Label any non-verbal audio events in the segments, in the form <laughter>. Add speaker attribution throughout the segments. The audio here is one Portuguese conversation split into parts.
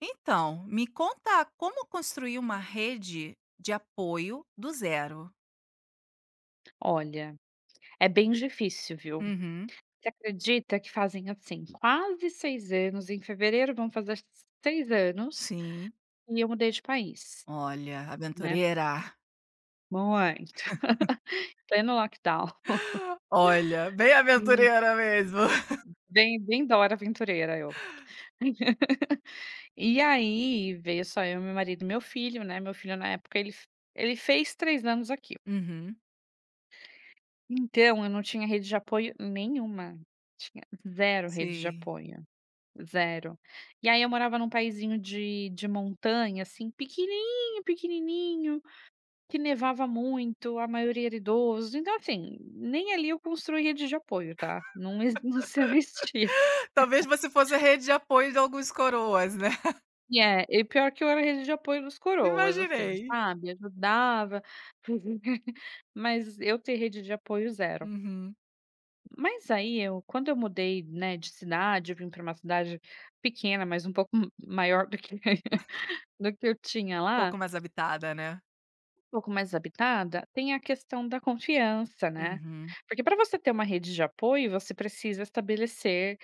Speaker 1: Então, me conta como construir uma rede de apoio do zero.
Speaker 2: Olha, é bem difícil, viu.
Speaker 1: Uhum,
Speaker 2: Você acredita que fazem, assim, quase 6 anos, em fevereiro vão fazer 6 anos,
Speaker 1: sim.
Speaker 2: e eu mudei de país,
Speaker 1: Olha,
Speaker 2: né.
Speaker 1: aventureira.
Speaker 2: Muito. <laughs> Pleno lockdown.
Speaker 1: Olha, bem
Speaker 2: E
Speaker 1: aventureira mesmo. <laughs>
Speaker 2: bem bem Dora Aventureira eu. <laughs> E aí, veio só eu, meu marido e meu filho, né, meu filho na época ele fez 3 anos aqui.
Speaker 1: Uhum,
Speaker 2: Então eu não tinha rede de apoio nenhuma, tinha zero rede de
Speaker 1: sim.
Speaker 2: apoio. Zero. E aí eu morava num paísinho de montanha, assim, pequenininho, pequenininho, que nevava muito, a maioria era idoso, então assim, nem ali eu construí rede de apoio, tá, não exi <laughs> não se existia.
Speaker 1: Talvez você fosse a rede de apoio de alguns coroas, né? <laughs>
Speaker 2: E é, e pior que eu era rede de apoio dos coroas, assim,
Speaker 1: Imaginei.
Speaker 2: sabe, ajudava, <laughs> mas eu ter rede de apoio, zero.
Speaker 1: Uhum,
Speaker 2: Mas aí eu quando eu mudei, né, de cidade, eu vim para uma cidade pequena, mas um pouco maior do que <laughs> do que eu tinha lá
Speaker 1: pouco mais habitada, né?
Speaker 2: um pouco mais habitada, tem a questão da confiança, né.
Speaker 1: Uhum,
Speaker 2: Porque para você ter uma rede de apoio, você precisa estabelecer,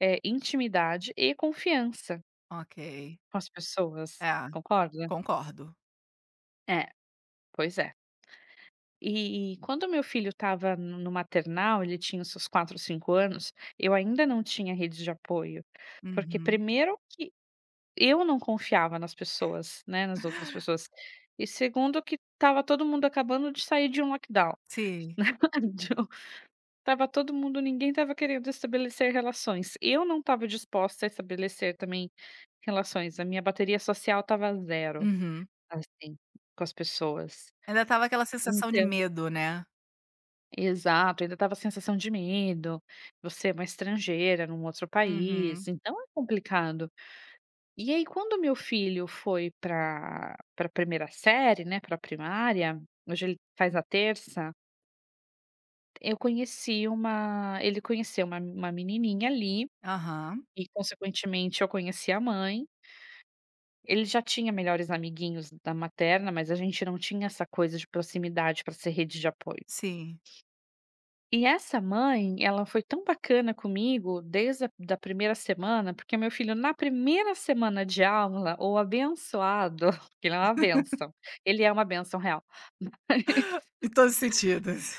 Speaker 2: intimidade e confiança
Speaker 1: ok.
Speaker 2: com as pessoas,
Speaker 1: É,
Speaker 2: concorda?
Speaker 1: concordo.
Speaker 2: É, pois é. E quando meu filho estava no maternal, ele tinha os seus 4, 5 anos, eu ainda não tinha rede de apoio, porque
Speaker 1: Uhum.
Speaker 2: primeiro que eu não confiava nas pessoas, né, nas outras pessoas, e segundo que estava todo mundo acabando de sair de um lockdown.
Speaker 1: Sim.
Speaker 2: <laughs> Tava todo mundo ninguém tava querendo estabelecer relações. Eu não estava disposta a estabelecer também relações, a minha bateria social estava zero,
Speaker 1: Uhum,
Speaker 2: assim, com as pessoas.
Speaker 1: ainda tava aquela sensação de
Speaker 2: Então
Speaker 1: medo, né?
Speaker 2: exato, ainda estava a sensação de medo, você é uma estrangeira num outro
Speaker 1: Uhum.
Speaker 2: país, então é complicado. E aí quando meu filho foi para primeira série, né, para primária, hoje ele faz a terça, eu conheci uma ele conheceu uma menininha ali.
Speaker 1: Aham.
Speaker 2: E consequentemente eu conheci a mãe. Ele já tinha melhores amiguinhos da materna, mas a gente não tinha essa coisa de proximidade para ser rede de apoio.
Speaker 1: Sim.
Speaker 2: E essa mãe, ela foi tão bacana comigo desde a da primeira semana, porque meu filho na primeira semana de aula, o abençoado, <laughs> porque ele é uma benção real, <laughs> mas
Speaker 1: Em todos os sentidos.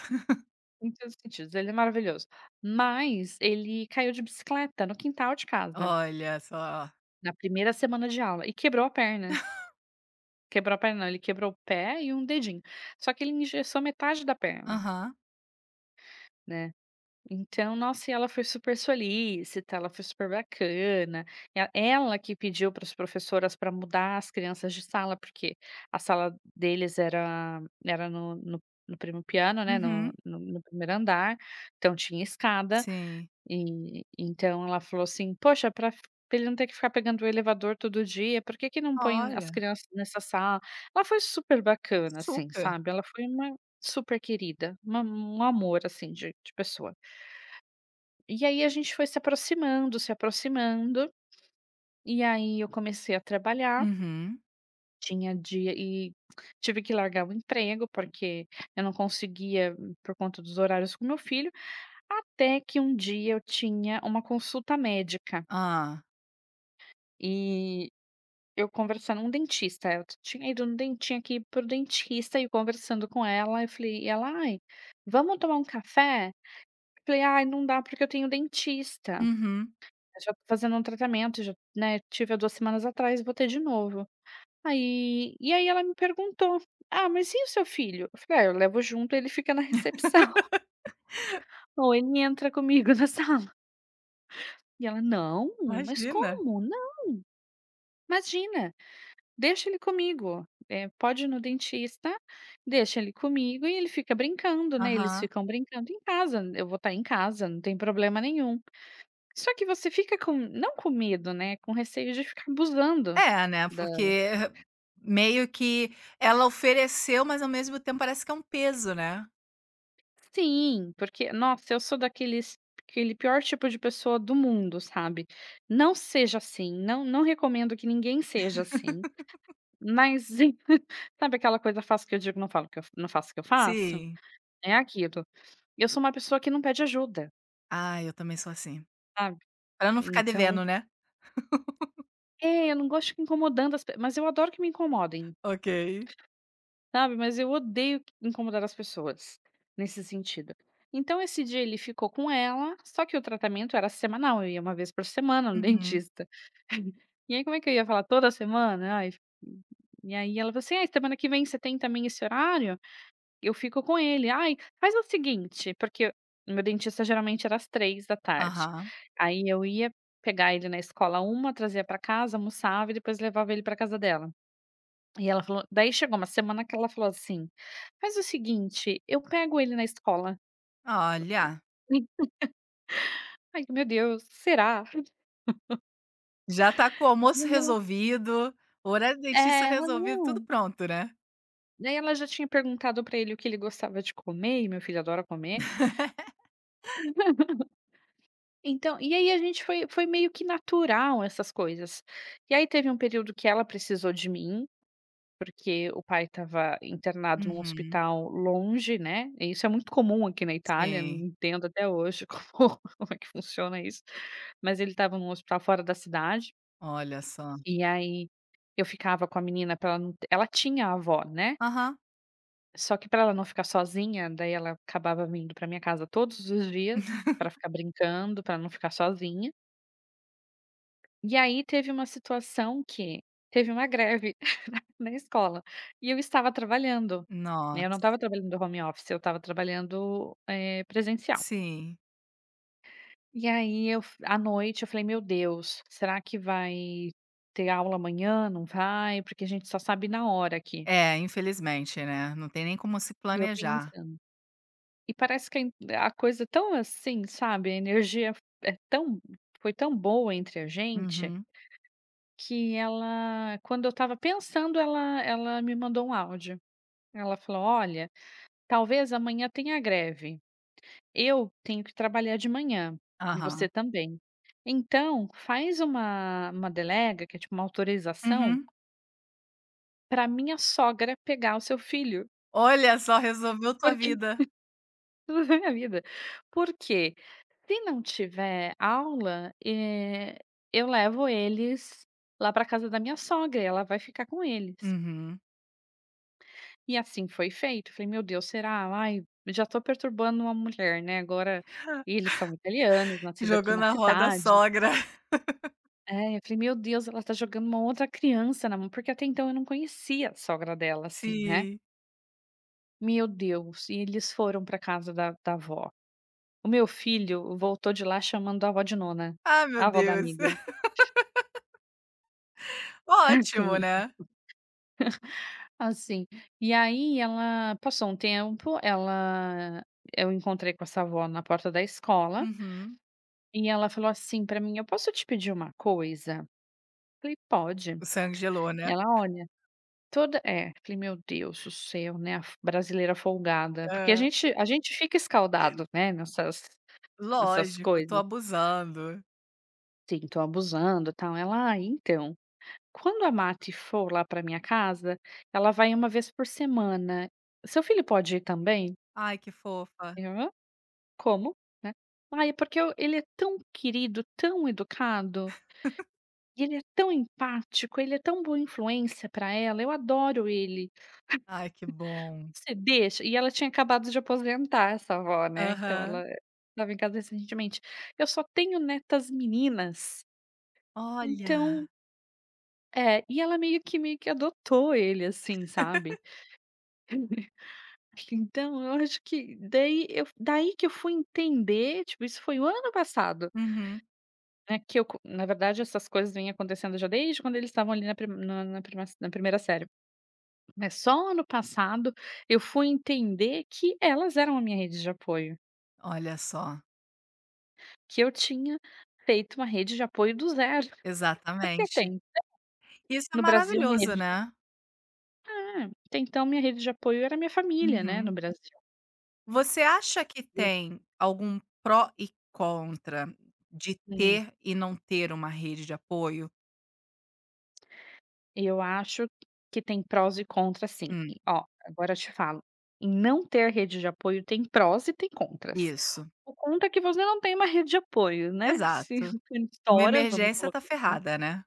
Speaker 2: em todos os sentidos, ele é maravilhoso. Mas ele caiu de bicicleta no quintal de casa,
Speaker 1: Olha só.
Speaker 2: na primeira semana de aula e quebrou a perna. Quebrou a perna não, ele quebrou o pé e um dedinho. Só que ele engessou metade da perna,
Speaker 1: Aham.
Speaker 2: né. Então, nossa, e ela foi super solícita, ela foi super bacana. E ela que pediu para as professoras para mudar as crianças de sala, porque a sala deles era no primo piano, né, no
Speaker 1: Uhum.
Speaker 2: no no primeiro andar, então tinha escada.
Speaker 1: Sim.
Speaker 2: E então ela falou assim: "Poxa, para ele não ter que ficar pegando o elevador todo dia, por que que não põe as
Speaker 1: Olha,
Speaker 2: crianças nessa sala?" Ela foi super bacana, assim,
Speaker 1: super.
Speaker 2: sabe, ela foi uma super querida, uma um amor, assim, de pessoa. E aí a gente foi se aproximando, se aproximando, e aí eu comecei a trabalhar,
Speaker 1: Uhum.
Speaker 2: tinha dia e tive que largar o emprego, porque eu não conseguia por conta dos horários com meu filho, até que um dia eu tinha uma consulta médica.
Speaker 1: Hã.
Speaker 2: E eu conversando com um dentista, eu tinha ido no den tinha que ir para dentista e conversando com ela, eu falei e ela: "Ai, vamos tomar um café?" Eu falei: "Ai, não dá porque eu tenho dentista,
Speaker 1: Uhum.
Speaker 2: eu já tô fazendo um tratamento, já, né, tive há 2 semanas atrás, vou ter de novo". Aí e aí ela me perguntou: "Ah, mas e o seu filho?" Eu falei: "Ah, eu levo junto, ele fica na recepção, <laughs> ou ele entra comigo na sala". E ela: "Não, mas
Speaker 1: Imagina.
Speaker 2: como? Não, imagina. Deixa ele comigo, pode ir no dentista, deixa ele comigo e ele fica brincando, né, eles
Speaker 1: Aham.
Speaker 2: ficam brincando em casa, eu vou estar em casa, não tem problema nenhum". Só que você fica com não com medo, né, com receio de ficar abusando
Speaker 1: É, né,
Speaker 2: da
Speaker 1: porque meio que ela ofereceu, mas ao mesmo tempo parece que é um peso, né.
Speaker 2: sim, porque nossa, eu sou daqueles aquele pior tipo de pessoa do mundo, sabe. Não seja assim, não não recomendo que ninguém seja assim, mas <laughs> sabe aquela coisa faço que eu digo, não falo que eu não faço o que eu faço?
Speaker 1: Sim.
Speaker 2: É aquilo. Eu sou uma pessoa que não pede ajuda,
Speaker 1: Ah, eu também sou assim.
Speaker 2: sabe.
Speaker 1: Pra não ficar
Speaker 2: Então
Speaker 1: devendo, né.
Speaker 2: é, eu não gosto de ficar incomodando as pe mas eu adoro que me incomodem,
Speaker 1: Ok.
Speaker 2: sabe, mas eu odeio q incomodar as pessoas, nesse sentido. Então esse dia ele ficou com ela, só que o tratamento era semanal, eu ia uma vez por semana no <laughs>
Speaker 1: Uhum.
Speaker 2: dentista. E aí como é que eu ia falar toda semana? Ai, e aí ela falou assim: "Ai, semana que vem você tem também esse horário? Eu fico com ele". "Ai, faz o seguinte", porque o meu dentista geralmente era às 3 da tarde.
Speaker 1: Aham.
Speaker 2: Aí eu ia pegar ele na escola uma, h trazia pra casa, almoçava e depois levava ele pra casa dela. E ela falou daí chegou uma semana que ela falou assim: "Faz o seguinte, eu pego ele na escola".
Speaker 1: Olha,
Speaker 2: <laughs> Ai, meu Deus, será?
Speaker 1: já tá com o
Speaker 2: E
Speaker 1: almoço
Speaker 2: aí ela
Speaker 1: resolvido, o horário do dentista
Speaker 2: é, ela:
Speaker 1: resolvido, tudo
Speaker 2: "Não".
Speaker 1: pronto, né.
Speaker 2: Daí ela já tinha perguntado pra ele o que ele gostava de comer, e meu filho adora comer. Então, e aí a gente foi meio que natural essas coisas. E aí teve um período que ela precisou de mim, porque o pai estava internado num
Speaker 1: Uhum,
Speaker 2: hospital longe, né, e isso é muito comum aqui na Itália,
Speaker 1: sim,
Speaker 2: não entendo até hoje <laughs> como é que funciona isso, mas ele estava num hospital fora da cidade,
Speaker 1: olha só.
Speaker 2: e aí eu ficava com a menina para ela não t ela tinha a avó, né,
Speaker 1: Aham.
Speaker 2: só que para ela não ficar sozinha, daí ela acabava vindo para minha casa todos os dias
Speaker 1: <laughs>
Speaker 2: para ficar brincando, para não ficar sozinha. E aí teve uma situação que teve uma greve <laughs> na escola, e eu estava trabalhando, né, eu não
Speaker 1: Nossa,
Speaker 2: estava trabalhando do home office, eu estava trabalhando, presencial.
Speaker 1: sim.
Speaker 2: E aí eu f à noite eu falei: "Meu Deus, será que vai ter aula amanhã? Não vai? Porque a gente só sabe na hora aqui".
Speaker 1: É, infelizmente, né, não tem nem como se
Speaker 2: E eu
Speaker 1: planejar.
Speaker 2: pensando. E parece que a coisa é tão assim, sabe, a energia é tão foi tão boa entre a gente,
Speaker 1: Uhum,
Speaker 2: que ela quando eu estava pensando ela me mandou um áudio. Ela falou: "Olha, talvez amanhã tenha greve. Eu tenho que trabalhar de manhã, e você
Speaker 1: aham,
Speaker 2: também. Então, faz uma delega, que é tipo uma autorização,
Speaker 1: uhum.
Speaker 2: para minha sogra pegar o seu filho,
Speaker 1: Olha só, resolveu tua
Speaker 2: porque <laughs>
Speaker 1: vida.
Speaker 2: tudo bem, minha vida. Porque se não tiver aula, eu levo eles lá para casa da minha sogra e ela vai ficar com eles".
Speaker 1: Uhum.
Speaker 2: E assim foi feito. Falei: "Meu Deus, será? Ai, já tô perturbando uma mulher, né, agora". E eles são italianos, nascido aqui
Speaker 1: Jogou
Speaker 2: na
Speaker 1: na roda a
Speaker 2: cidade.
Speaker 1: sogra. <laughs>
Speaker 2: É, eu falei: "Meu Deus, ela tá jogando uma outra criança na mão", porque até então eu não conhecia a sogra dela, assim, né.
Speaker 1: Sim.
Speaker 2: Meu Deus, e eles foram pra casa da avó. O meu filho voltou de lá chamando a avó de nona,
Speaker 1: Ah, meu
Speaker 2: a avó da
Speaker 1: Deus.
Speaker 2: amiga,
Speaker 1: <laughs>
Speaker 2: <laughs>
Speaker 1: Ótimo,
Speaker 2: assim
Speaker 1: né.
Speaker 2: assim. E aí ela passou um tempo, ela eu encontrei com essa avó na porta da escola.
Speaker 1: Uhum.
Speaker 2: E ela falou assim pra mim: "Eu posso te pedir uma coisa?" Falei: "Pode".
Speaker 1: O sangue gelou, né.
Speaker 2: Ela: "Olha, toda" é, falei: "Meu Deus do céu, né, a f brasileira folgada", porque a
Speaker 1: Hã.
Speaker 2: gente a gente fica escaldado, né, nessas
Speaker 1: Lógico, tô
Speaker 2: coisas.
Speaker 1: abusando.
Speaker 2: Sim, tô abusando, e tal. Ela: "Ah, então, quando a Mati for lá pra minha casa, ela vai uma vez por semana. Seu filho pode ir também?"
Speaker 1: Ai, que fofa.
Speaker 2: Eu: "Hã? Como?", né. "Ai, é porque eu ele é tão querido, tão educado. E ele é tão empático, ele é tão boa influência pra ela, eu adoro ele.
Speaker 1: Ai, que bom.
Speaker 2: Você deixa" e ela tinha acabado de aposentar, essa avó, né, então
Speaker 1: Aham.
Speaker 2: ela estava em casa recentemente. "Eu só tenho netas meninas, então"
Speaker 1: Olha.
Speaker 2: é, e ela meio que adotou ele, assim,
Speaker 1: <laughs>
Speaker 2: sabe. <laughs> Então eu acho que daí que eu fui entender, tipo, isso foi o ano passado,
Speaker 1: Uhum.
Speaker 2: né, que eu co na verdade essas coisas vêm acontecendo já desde quando eles estavam ali na pri na na prima na 1ª série. Mas só ano passado eu fui entender que elas eram a minha rede de apoio,
Speaker 1: Olha só,
Speaker 2: que eu tinha feito uma rede de apoio do zero, <laughs> porque
Speaker 1: exatamente.
Speaker 2: tem
Speaker 1: Isso é
Speaker 2: no Brasil minha
Speaker 1: maravilhoso,
Speaker 2: rede de
Speaker 1: né.
Speaker 2: é, até então minha rede de apoio era minha família, né, no
Speaker 1: Uhum.
Speaker 2: Brasil.
Speaker 1: Você acha que
Speaker 2: E
Speaker 1: tem algum pró e contra de
Speaker 2: assim,
Speaker 1: ter e não ter uma rede de apoio?
Speaker 2: eu acho que tem prós e contras sim. E
Speaker 1: Hum,
Speaker 2: ó, agora eu te falo, em não ter rede de apoio tem prós e tem contras.
Speaker 1: isso,
Speaker 2: O contra é que você não tem uma rede de apoio, né, <laughs> se
Speaker 1: exato.
Speaker 2: o cano
Speaker 1: Uma
Speaker 2: estoura, vamos
Speaker 1: emergência tá
Speaker 2: colocar
Speaker 1: ferrada, né.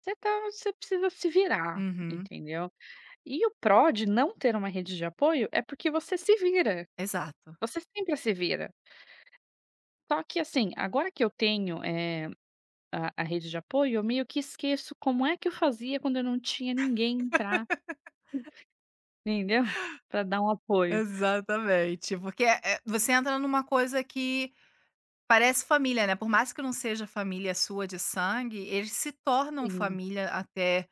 Speaker 2: você precisa se virar,
Speaker 1: Uhum,
Speaker 2: entendeu? E o pró de não ter uma rede de apoio é porque você se vira,
Speaker 1: exato.
Speaker 2: você sempre se vira. Só que assim, agora que eu tenho, a rede de apoio, eu meio que esqueço como é que eu fazia quando eu não tinha ninguém pra entendeu? Pra dar um apoio.
Speaker 1: Exatamente, porque, você entra numa coisa que parece família, né, por mais que não seja família sua de sangue, eles se tornam
Speaker 2: Sim,
Speaker 1: família até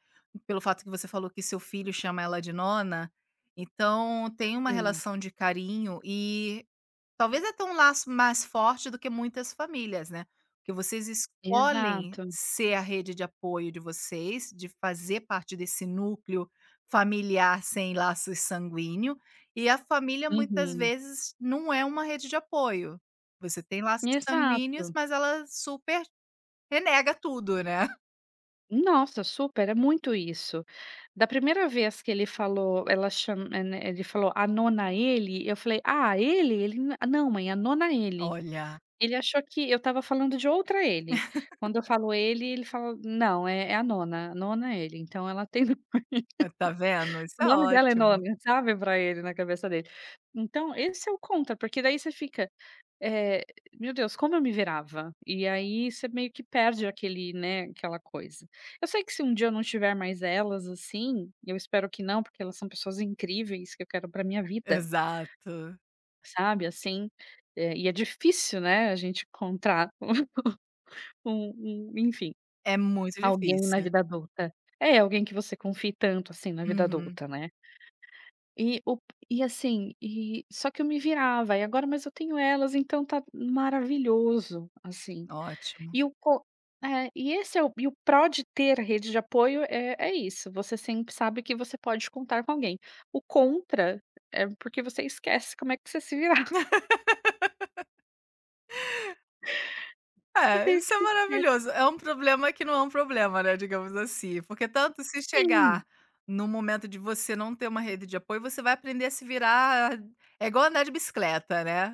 Speaker 1: pelo fato que você falou que seu filho chama ela de nona, então tem uma
Speaker 2: sim.
Speaker 1: relação de carinho e talvez até um laço mais forte do que muitas famílias, né, porque vocês escolhem
Speaker 2: Exato.
Speaker 1: ser a rede de apoio de vocês, de fazer parte desse núcleo familiar sem laços sanguíneo, e a família muitas
Speaker 2: Uhum.
Speaker 1: vezes não é uma rede de apoio. Você tem laços sanguíneos,
Speaker 2: Exato.
Speaker 1: mas ela super renega tudo, né. <laughs>
Speaker 2: Nossa, super, é muito isso. Da primeira vez que ele falou, ela chama né, ele falou: "A nona ele", eu falei: "Ah, ele? Ele n não mãe, a nona ele".
Speaker 1: Olha,
Speaker 2: Ele achou que eu estava falando de outra ele. Quando eu falo ele, ele fala: "Não, é a Nona é ele". Então ela tem <laughs>
Speaker 1: tá vendo? Isso
Speaker 2: o
Speaker 1: é
Speaker 2: nome dela é
Speaker 1: ótimo.
Speaker 2: Nona, sabe, pra ele, na cabeça dele. Então esse é o contra, porque daí você fica, eh, "Meu Deus, como eu me virava?". E aí você meio que perde aquele, né, aquela coisa. Eu sei que se um dia eu não tiver mais elas, assim, eu espero que não, porque elas são pessoas incríveis que eu quero pra minha vida,
Speaker 1: Exato.
Speaker 2: sabe, assim, e é difícil, né, a gente encontrar <laughs> um um enfim.
Speaker 1: É muito
Speaker 2: Alguém na
Speaker 1: difícil.
Speaker 2: vida adulta. É, alguém que você confie tanto, assim, na vida
Speaker 1: Uhum,
Speaker 2: adulta, né. E o e assim, só que eu me virava, e agora mas eu tenho elas, então tá maravilhoso, assim.
Speaker 1: ótimo.
Speaker 2: E o co é, e o pró de ter rede de apoio é isso, você sempre sabe que você pode contar com alguém. O contra é porque você esquece como é que você se virava, <laughs>
Speaker 1: É,
Speaker 2: meio
Speaker 1: isso é
Speaker 2: que esquece.
Speaker 1: maravilhoso. É um problema que não é um problema, né, digamos assim, porque tanto se chegar
Speaker 2: Sim.
Speaker 1: no momento de você não ter uma rede de apoio, você vai aprender a se virar, é igual andar de bicicleta, né.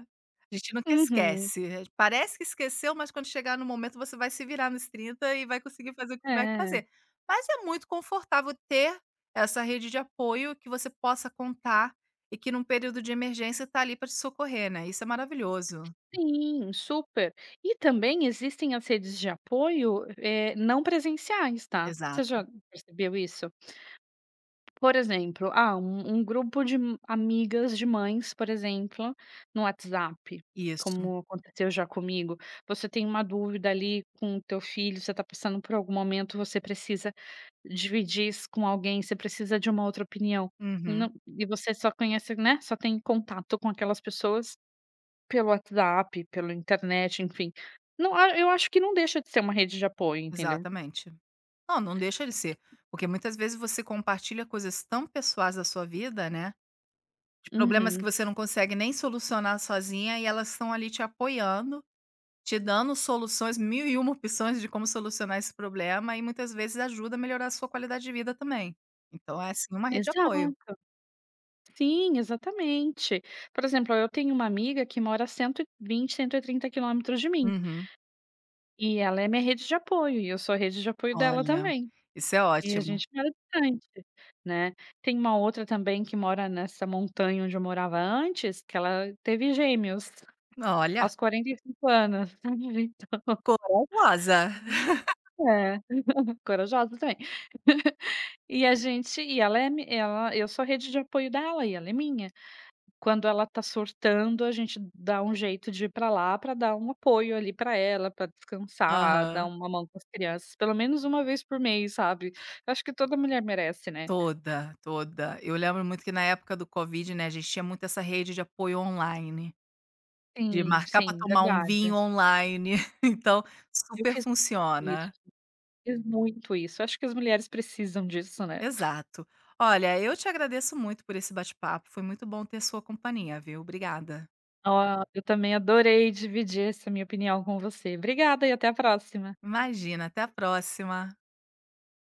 Speaker 1: A gente nunca
Speaker 2: Uhum.
Speaker 1: esquece. É, parece que esqueceu, mas quando chegar no momento você vai se virar nos 30 e vai conseguir fazer o que tiver que
Speaker 2: É.
Speaker 1: fazer. Mas é muito confortável ter essa rede de apoio que você possa contar e que num período de emergência tá ali para te socorrer, né, isso é maravilhoso.
Speaker 2: Sim, super. E também existem as redes de apoio, não presenciais, tá. Você
Speaker 1: Exato.
Speaker 2: já percebeu isso? Por exemplo, ah, um grupo de m amigas de mães, por exemplo, no WhatsApp,
Speaker 1: Isso.
Speaker 2: como aconteceu já comigo. Você tem uma dúvida ali com o teu filho, você está passando por algum momento, você precisa dividir isso com alguém, você precisa de uma outra opinião. Não
Speaker 1: Uhum.
Speaker 2: e você só conhece, né, só tem contato com aquelas pessoas pelo WhatsApp, pela internet, enfim. Não a eu acho que não deixa de ser uma rede de apoio, entendeu.
Speaker 1: Exatamente. Não, não deixa de ser. Porque muitas vezes você compartilha coisas tão pessoais da sua vida, né? De problemas que
Speaker 2: Uhum.
Speaker 1: você não consegue nem solucionar sozinha e elas estão ali te apoiando, te dando soluções, mil e uma opções de como solucionar esse problema e muitas vezes ajuda a melhorar a sua qualidade de vida também. Então é assim uma rede de apoio.
Speaker 2: Exato. Sim, exatamente. Por exemplo, eu tenho uma amiga que mora a 120, 130 km de mim,
Speaker 1: Uhum.
Speaker 2: e ela é minha rede de apoio, e eu sou a rede de apoio dela
Speaker 1: Olha,
Speaker 2: também,
Speaker 1: isso é
Speaker 2: e a
Speaker 1: ótimo.
Speaker 2: gente mora distante, né. Tem uma outra também que mora nessa montanha onde eu morava antes, que ela teve gêmeos
Speaker 1: Olha,
Speaker 2: aos 45 anos. <laughs>
Speaker 1: corajosa.
Speaker 2: É, <laughs> corajosa também. E a gente e ela é mi ela eu sou a rede de apoio dela e ela é minha. Quando ela tá surtando, a gente dá um jeito de ir pra lá pra dar um apoio ali pra ela, pra descansar, dar
Speaker 1: Aham.
Speaker 2: uma mão com as crianças, pelo menos uma vez por mês, sabe. Eu acho que toda mulher merece, né.
Speaker 1: Toda, toda. Eu lembro muito que na época do Covid, né, a gente tinha muito essa rede de apoio online, de
Speaker 2: Sim,
Speaker 1: marcar para
Speaker 2: sim,
Speaker 1: tomar um vinho
Speaker 2: verdade.
Speaker 1: online, <laughs> então
Speaker 2: Eu
Speaker 1: super
Speaker 2: fiz isso,
Speaker 1: funciona.
Speaker 2: fiz muito isso. Eu acho que as mulheres precisam disso, né.
Speaker 1: Exato. Olha, eu te agradeço muito por esse bate-papo, foi muito bom ter sua companhia, viu. Obrigada.
Speaker 2: Ó, eu também adorei dividir essa minha opinião com você. Obrigada e até a próxima.
Speaker 1: Imagina, até a próxima.